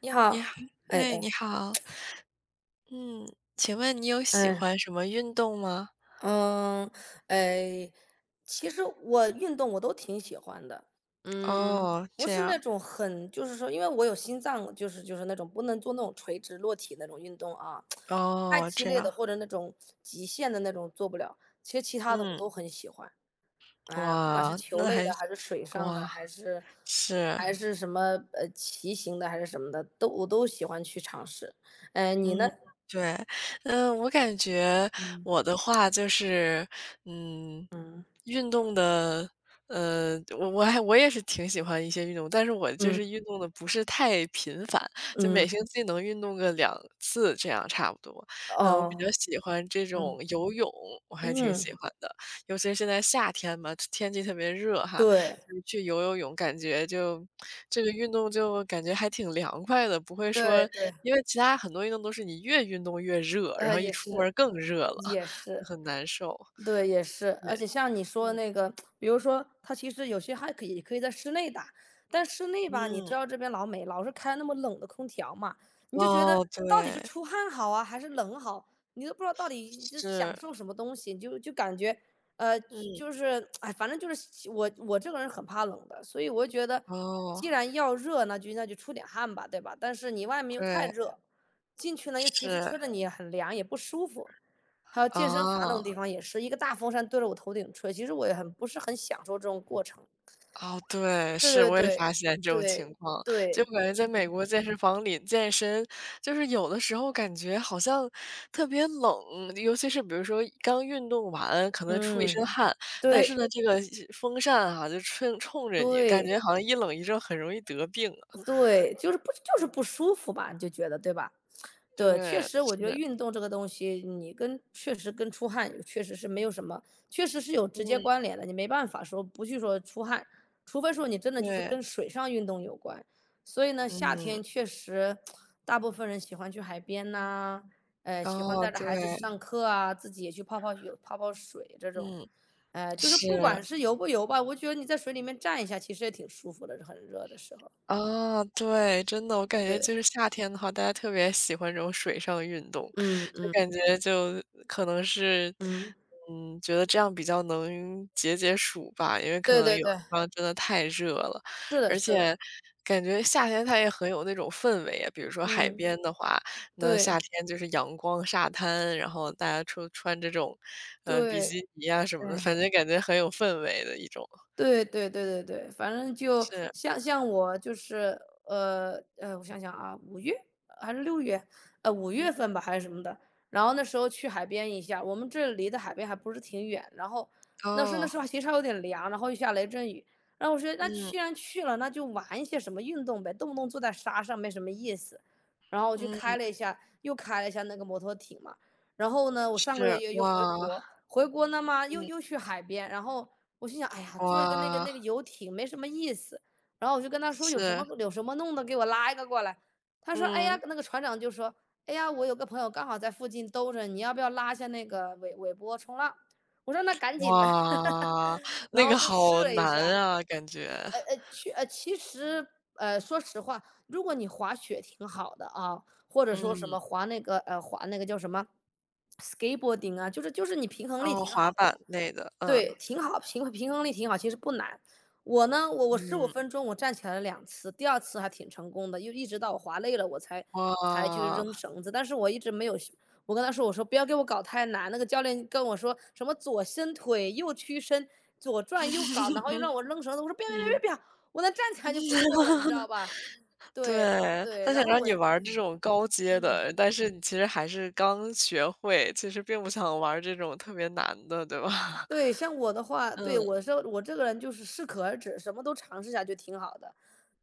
你你好。好，哎哎，哎，你好，嗯，请问你有喜哎，欢什么运动吗？嗯，哎，其实我运动我都挺喜欢的。嗯，哦，不这是样，那种很，就是说，因为我有心脏，就是那种不能做那种垂直落体那种运动啊。太哦，激这烈样，的或者那种极限的那种做不了。其实其他的我嗯，都很喜欢。啊，不管是哇，球那类还的，还是水上哇，的，还是是，什么骑行的，还是什么的，我都喜欢去尝试。哎，嗯。你呢？对，嗯，我感觉嗯我的话就是，嗯，嗯，运动的，我也是挺喜欢一些运动，但是我就嗯是运动的不是太频繁，就每嗯，星期能运动个2次这样差不多。嗯，我比较哦，喜欢这种嗯，游泳，我还挺喜嗯，欢的，尤其是现在夏天嘛，天气特别热哈，对，就是去游泳，感觉就这个运动就感觉还挺凉快的，不会对说对，因为其他很多运动都是你越运动越热，然后一也出门是。儿更热了，也就是。很难受。对，也是，对，而且像你说的嗯那个，比如说它其实有些还可以在室内打。但室内吧，你知嗯，道这边老美老是开那么冷的空调嘛，你就觉得哦，到底是对，出汗好啊，还是冷好，你都不知道到底就享是，受什么东西，你就感觉，呃，嗯，就是哎，反正就是我这个人很怕冷的，所以我就觉得，哦，既然要热，那就出点汗吧，对吧？但是你外面又太对，热，进去呢又其实是，吹着你很凉，也不舒服。还有健身房那种啊。地方也是一个大风扇对着我头顶吹，其实我也很不是很享受这种过程。哦，对，对是，对我也对，发现这种情对，况，就对，感觉在美国健身房里健身，就是有的时候感觉好像特别冷，尤其是比如说刚运动完，可能出一身嗯，汗，但是对，呢，这个风扇哈就吹冲着你，感对。觉好像一冷一热很容易得病啊。对，就是不舒服吧，你就觉得，对吧？对，确对，实我觉得是，运动这个东西，确实跟出汗确实是没有什么，确实是有直接嗯，关联的，你没办法说不去说出汗，除非说你真的就是对，跟水上运动有关。所以呢，夏嗯，天确实大部分人喜欢去海边呐、喜欢哦，带着孩子去对，上课啊，自己也去泡泡水这种。嗯，就是不是。管是游不游吧，我觉得你在水里面站一下，其实也挺舒服的，很热的时候。啊，对，真的，我感觉对。就是夏天的话，大家特别喜欢这种水上运动，嗯就嗯感觉就可能是，嗯，觉得这样比较能解解暑吧，因为可对能对有对，地方真的太热了，是的而是且的，感觉夏天它也很有那种氛围啊，比如说海嗯，边的话，那夏对天就是阳光、沙滩，然后大家穿这种，比对，基尼啊什么的，反唉，正感觉很有氛围的一种，对对对对对，反正就是，像像我就是，我想想啊五月还是六月，五月份吧还是什么的。然后那时候去海边一下，我们这离的海边还不是挺远，然后那时候那哦，时候其实还有点凉，然后又下雷阵雨。然后我说那嗯既然去了，那就玩一些什么运动呗，动不动坐在沙上没什么意思。然后我就嗯。开了一下，又开了一下那个摩托艇嘛。然后呢，我上个月是，又哇，回国，回国呢嘛又嗯，又去海边，然后我心想，哎呀，坐一个那个哇，那个游艇没什么意思，然后我就跟他说有什么是，有什么弄的，给我拉一个过来。他说，哎呀，嗯，那个船长就说，哎呀，我有个朋友刚好在附近兜着，你要不要拉一下那个尾波冲浪？我说那赶紧的。哇，然那个后就试好了一难下，啊，感觉。其实说实话，如果你滑雪挺好的啊，或者说什嗯，么滑那个滑那个叫什么 skateboarding 啊，就是你平衡力哦，挺滑好的。板类的，嗯，对，挺好，平衡力挺好，其实不难。我呢，我十五嗯，分钟我站起来了2次，第二次还挺成功的，又一直到我滑累了，我才去哇，扔绳子，但是我一直没有学。我跟他说，我说："不要给我搞太难。"那个教练跟我说什么左伸腿，右屈伸，左转右搞，然后又让我扔绳子，我说："别别别嗯。别别！"我能站起来就不错了，你知道 吧？对，对，对，他想然后让我你玩儿这种高阶嗯。的，但是你其实还是刚学会，其实并不想玩儿这种特别难的，对吧？对，像我的话，嗯，对，我这个人就是适可而止，什么都尝试一下就挺好的。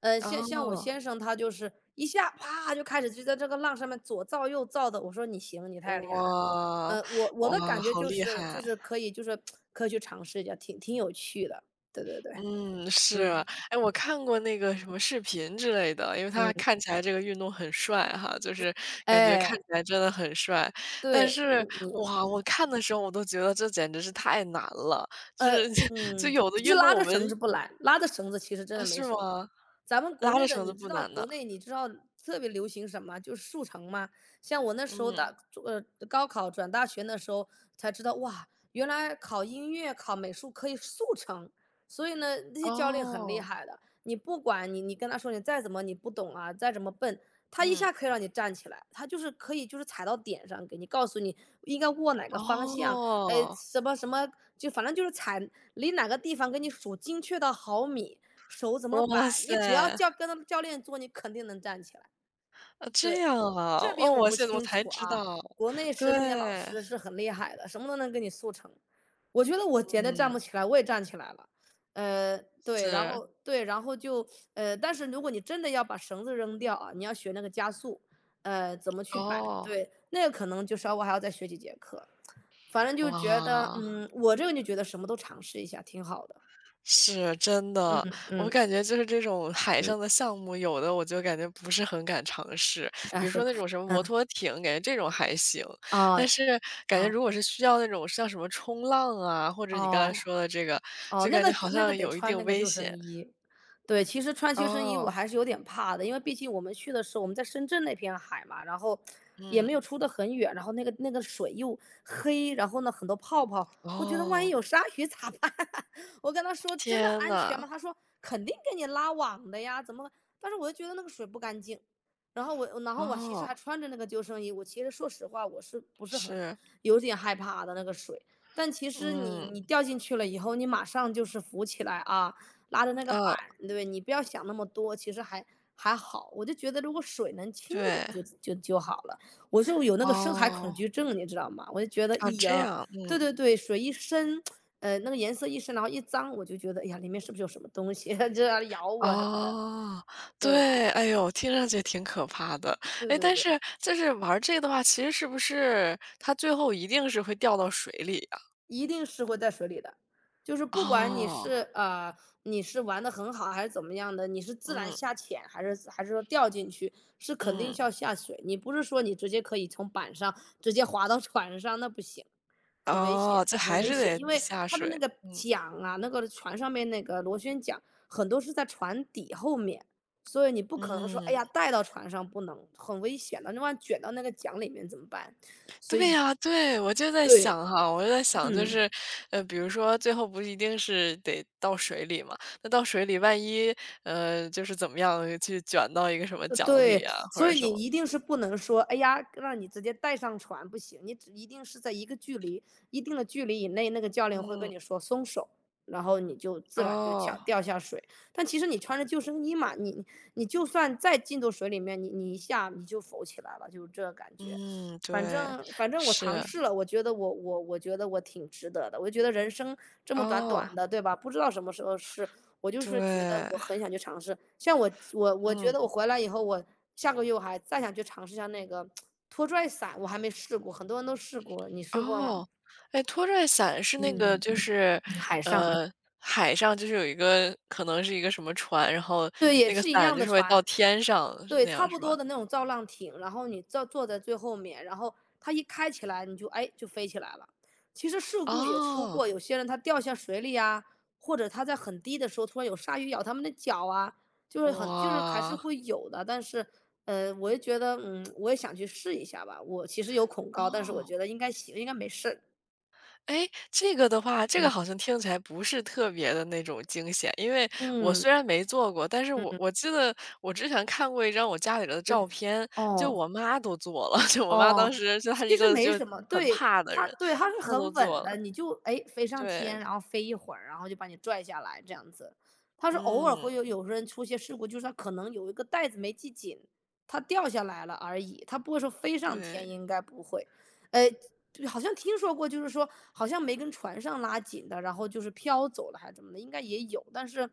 像我哦，先生他就是一下啪就开始就在这个浪上面左造右造的，我说你行，你太厉害了。哇，我的哇，感觉好就厉是害。就是可以就是可以去尝试一下，挺有趣的。对对对，嗯，是。嗯哎，我看过那个什么视频之类的，因为他嗯，看起来这个运动很帅哈，就是感觉看哎，起来真的很帅。但对，是，你哇，我看的时候我都觉得这简直是太难了，就呃是 就嗯，有的其实运动拉我着们绳子不难，拉着绳子其实真啊，的没是吗？什么。咱们国拉内着的，绳子你知不道难国的。内你知道特别流行什么？就是速成吗？像我那时候嗯，呃高考转大学的时候才知道，哇，原来考音乐、考美术可以速成。所以呢，那些教练很厉哦，害的，你不管你跟他说你再怎么你不懂啊，再怎么笨，他一嗯，下可以让你站起来，他就是可以就是踩到点上，给你告诉你应该握哪个方向，哦，什么什么，就反正就是踩离哪个地方给你数精确到毫米，手怎么哇摆，你只要塞，跟他们教练做，你肯定能站起来。啊，这对，样啊，这哦，边我我不现在我清才楚知啊，道，国内对，是那些老嗯，师是很厉害的，什么都能给你速成。我觉得我简直站不起来，我也站起来了。呃，对，然是，后对，然后就呃，但是如果你真的要把绳子扔掉啊，你要学那个加速，怎么去摆，哦，对，那个可能就稍微还要再学几节课。反正就觉得，哇。嗯，我这个人就觉得什么都尝试一下挺好的。是，真嗯的，我嗯感觉就是这种海嗯，上的项目，有的我就感觉不是很敢尝试。啊比如什说么那种什么嗯，摩托艇，感觉这种还行，但哦，是感觉啊如果是需要那种像什么冲浪啊，或者你刚才哦，说的这个，哦，就那感觉个好那个像得有一穿定那个危救生险。衣。对，其实穿救生衣我哦，还是有点怕的，因为毕竟我们去的是我们在深圳那片海嘛，然后也没有嗯，出得很远，然后那个水又黑，然后呢很多泡泡，我觉得万一哦，有鲨鱼咋办？我跟他说真的天安全呐，吗？他说肯定给你拉网的呀，怎么？但是我就觉得那个水不干净。然后我其实哦，还穿着那个救生衣，我其实说实话，我是不是很是，有点害怕的那个水？但其实你嗯，你掉进去了以后，你马上就是浮起来啊，拉着那个板，呃，对不对？你不要想那么多，其实还好。我就觉得如果水能轻一点对，就好了。我就有那个深海恐哦，惧症，你知道吗？我就觉得，哎啊，这呀，样，对嗯。对对，水一深，那个颜色一深，然后一脏，我就觉得，哎呀，里面是不是有什么东西，就要咬我什么的。哦，对，对，哎呦，听上去挺可怕的。对哎，对但对。是就是玩儿这个的话，其实是不是它最后一定是会掉到水里呀？一定是会在水里的，就是不管你哦，是呃，你是玩的很好还是怎么样的，你是自然嗯，下潜还是说掉进去，是肯定嗯，是要下水。你不是说你直接可以从板上直接滑到船上，那不行，很危哦，险这的，很还危是险。得因为下它的那水。个嗯，桨啊，那个船上面那个螺旋桨很多是在船底后面，所以你不可能说哎嗯，呀带到船上不能，很危险的，那万一卷到那个桨里面怎么办？所对以呀，对，我就在对，想哈，我就在想就嗯。是，比如说最后不一定是得到水里嘛，那到水里万一，就是怎么样去卷到一个什么奖励对，啊，或所者以什你么。一定是不能说，哎呀，让你直接带上船不行，你只一定是在一定的距离以内，那个教练会跟嗯，你说松手，然后你就自然就哦。掉下水。但其实你穿着救生衣嘛，你就算再进到水里面，你一下你就浮起来了，就是这个感觉。嗯，反对，正反正我尝是，试了，我觉得我觉得我挺值得的，我就觉得人生这么短哦，短的，对吧？不知道什么时候是我就是觉得对，我很想去尝试，像我觉嗯，得我回来以后，我下个月我还再想去尝试一下那个拖拽伞，我还没试过，很多人都试过，你试过吗？哦，哎，拖拽伞是那个嗯，就是，海上的，呃，海上就是有一个可能是一个什么船，然后对，也那个是一伞样就的是会船，到天上对，那差样不是吗？多的那种造浪艇，然后你坐在最后面，然后它一开起来，你就哎就飞起来了。其实事故也出哦，过，有些人他掉下水里啊，或者他在很低的时候突然有鲨鱼咬他们的脚啊，就是很就是还是哇，会有的。但是，我也觉得，嗯，我也想去试一下吧。我其实有恐高，但是我觉哦。得应该行，应该没事。哎，这个的话，这个好像听起来不是特别的那种惊险，因为我嗯虽然没做过，但是嗯我嗯，我记得我之前看过一张我家里的对，照片，就哦。我妈都做了，就我妈当哦，时就她是一其实个没就什么，很对，怕的人，它是她都很做稳了，的，你就，哎，飞上天，对，然后飞一会儿，然后就把你拽下来这样子。它是偶尔嗯，有时人出些事故，就是它可能有一个带子没系紧，它掉下来了而已，它不会说飞上天，对。应该不会。呃，对，好像听说过，就是说好像没跟船上拉紧的，然后就是飘走了还是怎么的，应该也有，但是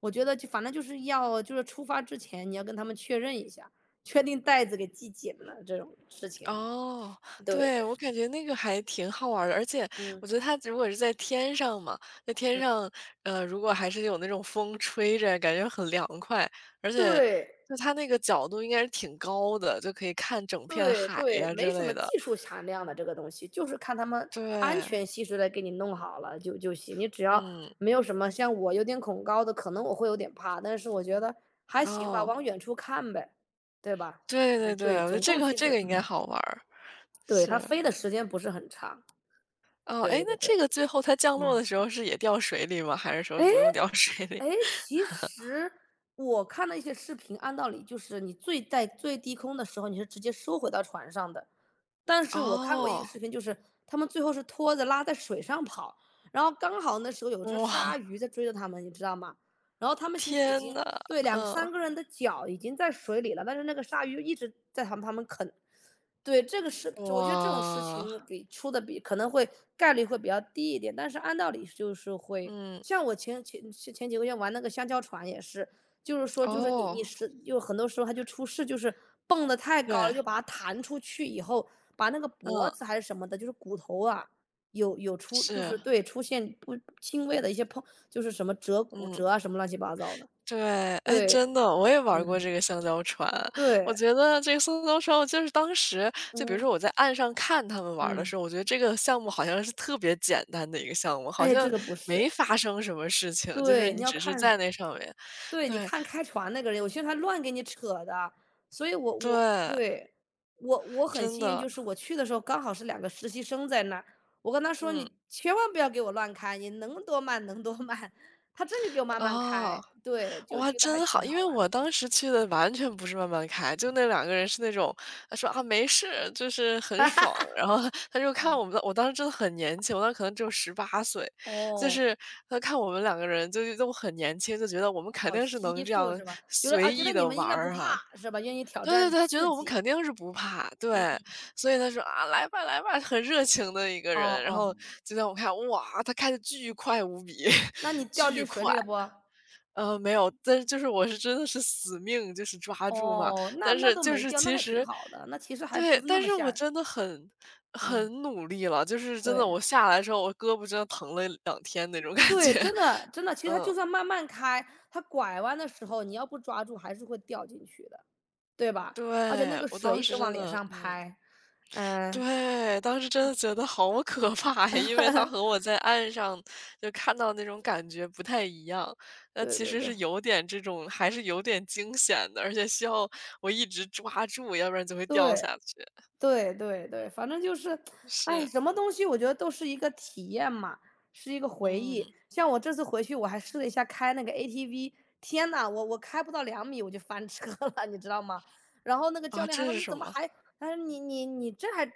我觉得就反正就是要就是出发之前，你要跟他们确认一下。确定袋子给系紧了这种事情，哦，对，对，我感觉那个还挺好玩儿的，而且嗯我觉得它如果是在天上嘛，在天嗯，上，如果还是有那种风吹着，感觉很凉快，而且对就它那个角度应该是挺高的，就可以看整片对海对，呀没之什么类的。技术含量的这个东西，就是看他们安对，全系数来给你弄好了就行。你只要嗯，没有什么，像我有点恐高的，可能我会有点怕，但是我觉得还行吧，哦，往远处看呗，对吧？对对嗯，对，对，我觉得总这共个其这实个应该嗯，好玩儿对，它是。飞的时间不是很长，哦，哎，对那对这对，个最后它降落嗯。的时候是也掉水里吗？还是说不用掉水里？哎，其实我看了一些视频，按道理就是你最在最低空的时候，你是直接收回到船上的。但 是我看过一个哦，视频，就是他们最后是拖着拉在水上跑，然后刚好那时候有只鲨哇，鱼在追着他们，你知道吗？然后他们其实已天经呐，对两嗯。三个人的脚已经在水里了，但是那个鲨鱼一直在他们啃，对，这个事，我觉得这种事哇，情比出的比可能会概率会比较低一点，但是按道理就是会，嗯，像我前几个月玩那个香蕉船也是，就是说你哦，你是就很多时候它就出事，就是蹦的太高对，了，就把它弹出去以后，把那个嗯，脖子还是什么的，就是骨头啊，有有出就是是，对，出现不轻微的一些碰，就是什么骨嗯，折啊，什么乱七八糟的。对，哎，对，真的，我也玩过嗯，这个香蕉船。我对，觉得这个香蕉船，我就是当时就比如嗯，说我在岸上看他们玩儿的嗯，时候，我觉得这个项目好像是特别简单的一个项目，好哎，像这个不没是，发生什么事情，就是对，你你要只是看人，在那上面对，你对，看开船那个人，我觉得他乱给你扯的，所以我对，对，我很真幸运，的，就是我去的时候刚好是两个实习生在那儿，我跟他说：嗯，“你千万不要给我乱开，你能多慢能多慢。”他真就给我慢慢哦。开，对，就哇，觉得还真挺好！因好为玩我的，当时去的完全不是慢慢开，就那两个人是那种，他说："啊，没事，就是很爽。"然后他就看啊。我们的我当时真的很年轻，我当时可能只有18岁，就哦，是他看我们两个人就都很年轻，就觉得我们肯好定是能欺这负样是吧？觉得啊，随觉得意你的们应玩该不儿怕哈。是吧？愿意挑对对对，战他觉刺得我们激，肯定是不怕，嗯，对。所以他说："啊，来吧来吧。"很热情的一个哦人，然后哦，就让我看，哇，他开的巨快无比，那你 掉巨进水快。里了不？没有，但是就是我是真的是死命就是抓住嘛，哦，那但那是都就没是掉，那其还挺实好的，那其实还不对，是那但么是我吓人，真的很嗯。努力了，就是真的对，我下来之后，我胳膊真的疼了2天那种感对，觉。真 的真的，其实它嗯，就算慢慢开，它拐弯的时候，你要不抓住还是会掉进去的，对吧？对，而且那个我水当一直时往真脸的上拍，嗯，对，当时真的觉得好可怕呀，因为它和 我在岸上就看到那种感觉不太一样。那对其对实对，是有点这种还是有点惊险的，而且需要我一直抓住，要不然就会掉对。下去。对对对，反正就是，哎，是，什么东西我觉得都是一个体验嘛，是一个回忆。嗯，像我这次回去，我还试了一下开那个 ATV，天呐，我开不到两米我就翻车了，你知道吗？然后那个教啊，练还这说是你什怎么么？还，他说你这还这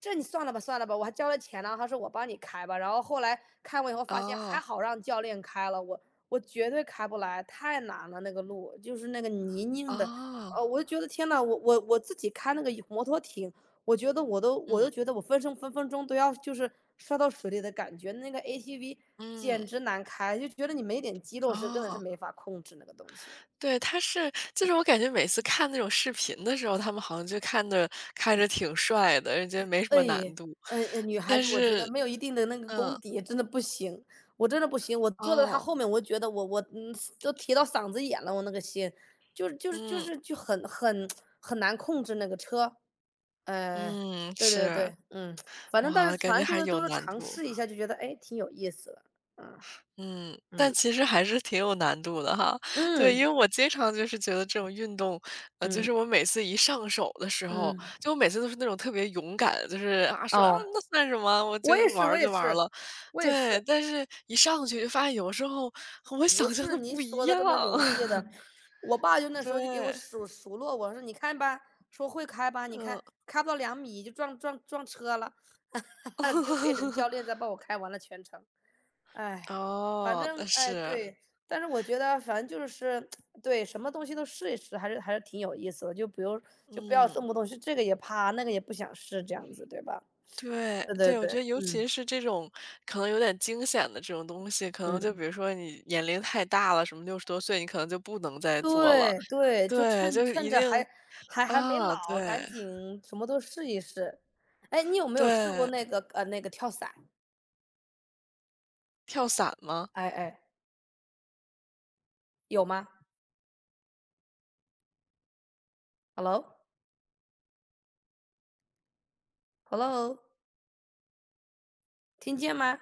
这你算了吧算了吧，我还交了钱呢，他说我帮你开吧。然后后来开完以后发现还哦，好让教练开了，我绝对开不来，太难了那个路，就是那个泥泞的。哦，哦，我就觉得天呐，我自己开那个摩托艇，我觉得我都嗯，觉得我分分钟都要就是摔到水里的感觉，那个 ATV 嗯，简直难开，就觉得你没点肌肉是根本是哦。没法控制那个东西。对，他是就是我感觉每次看那种视频的时候，他们好像就看着看着挺帅的，人家没什么难哎，度。女孩但子我觉得是没有一定的那个功嗯，底真的不行，我真的不行，我坐在她哦。后面，我觉得我嗯都提到嗓子眼了，我那个心，就是就是就嗯，是就很很难控制那个车，呃，嗯，对对是。对，嗯，反正但哇，是感反觉正就还是有都是难尝度，试一下，就觉得哎挺有意思的，嗯嗯，但嗯。其实还是挺有难度的哈。对，因为嗯，我经常就是觉得这种运动，就嗯，是我每次一上手的时候，嗯，就我每次都是那种特别勇敢，就是啊，说："啊，哦，那算什么，我我也就是玩我儿也就玩儿是，了。"我也对，是，但是一上去就发现有时候和我不想象的是你不一说的样。这么容易的。我爸就那时候就给我对，数落我说：“你看吧，说会开吧，你看嗯。开不到两米就撞车了。就变成教 练在帮我开完了全程。哎，反哦，正那哎，是，对，但是我觉得反正就是 对，什么东西都试一试，还是还是挺有意思的，就不用就不要嗯。动不动是这个也怕，那个也不想试这样子，对吧？对，对对对，我觉对，得尤嗯。其是这种可能有点惊险的这种东西，可能就嗯。比如说你年龄太大了，什么60多岁，你可能就不能再做了。对，对，就对，趁就趁一着定还还没啊，老，对，赶紧什么都试一试。哎，你有没有试过对，那个那个跳伞？跳伞吗？哎哎，有吗？Hello？Hello？听见吗？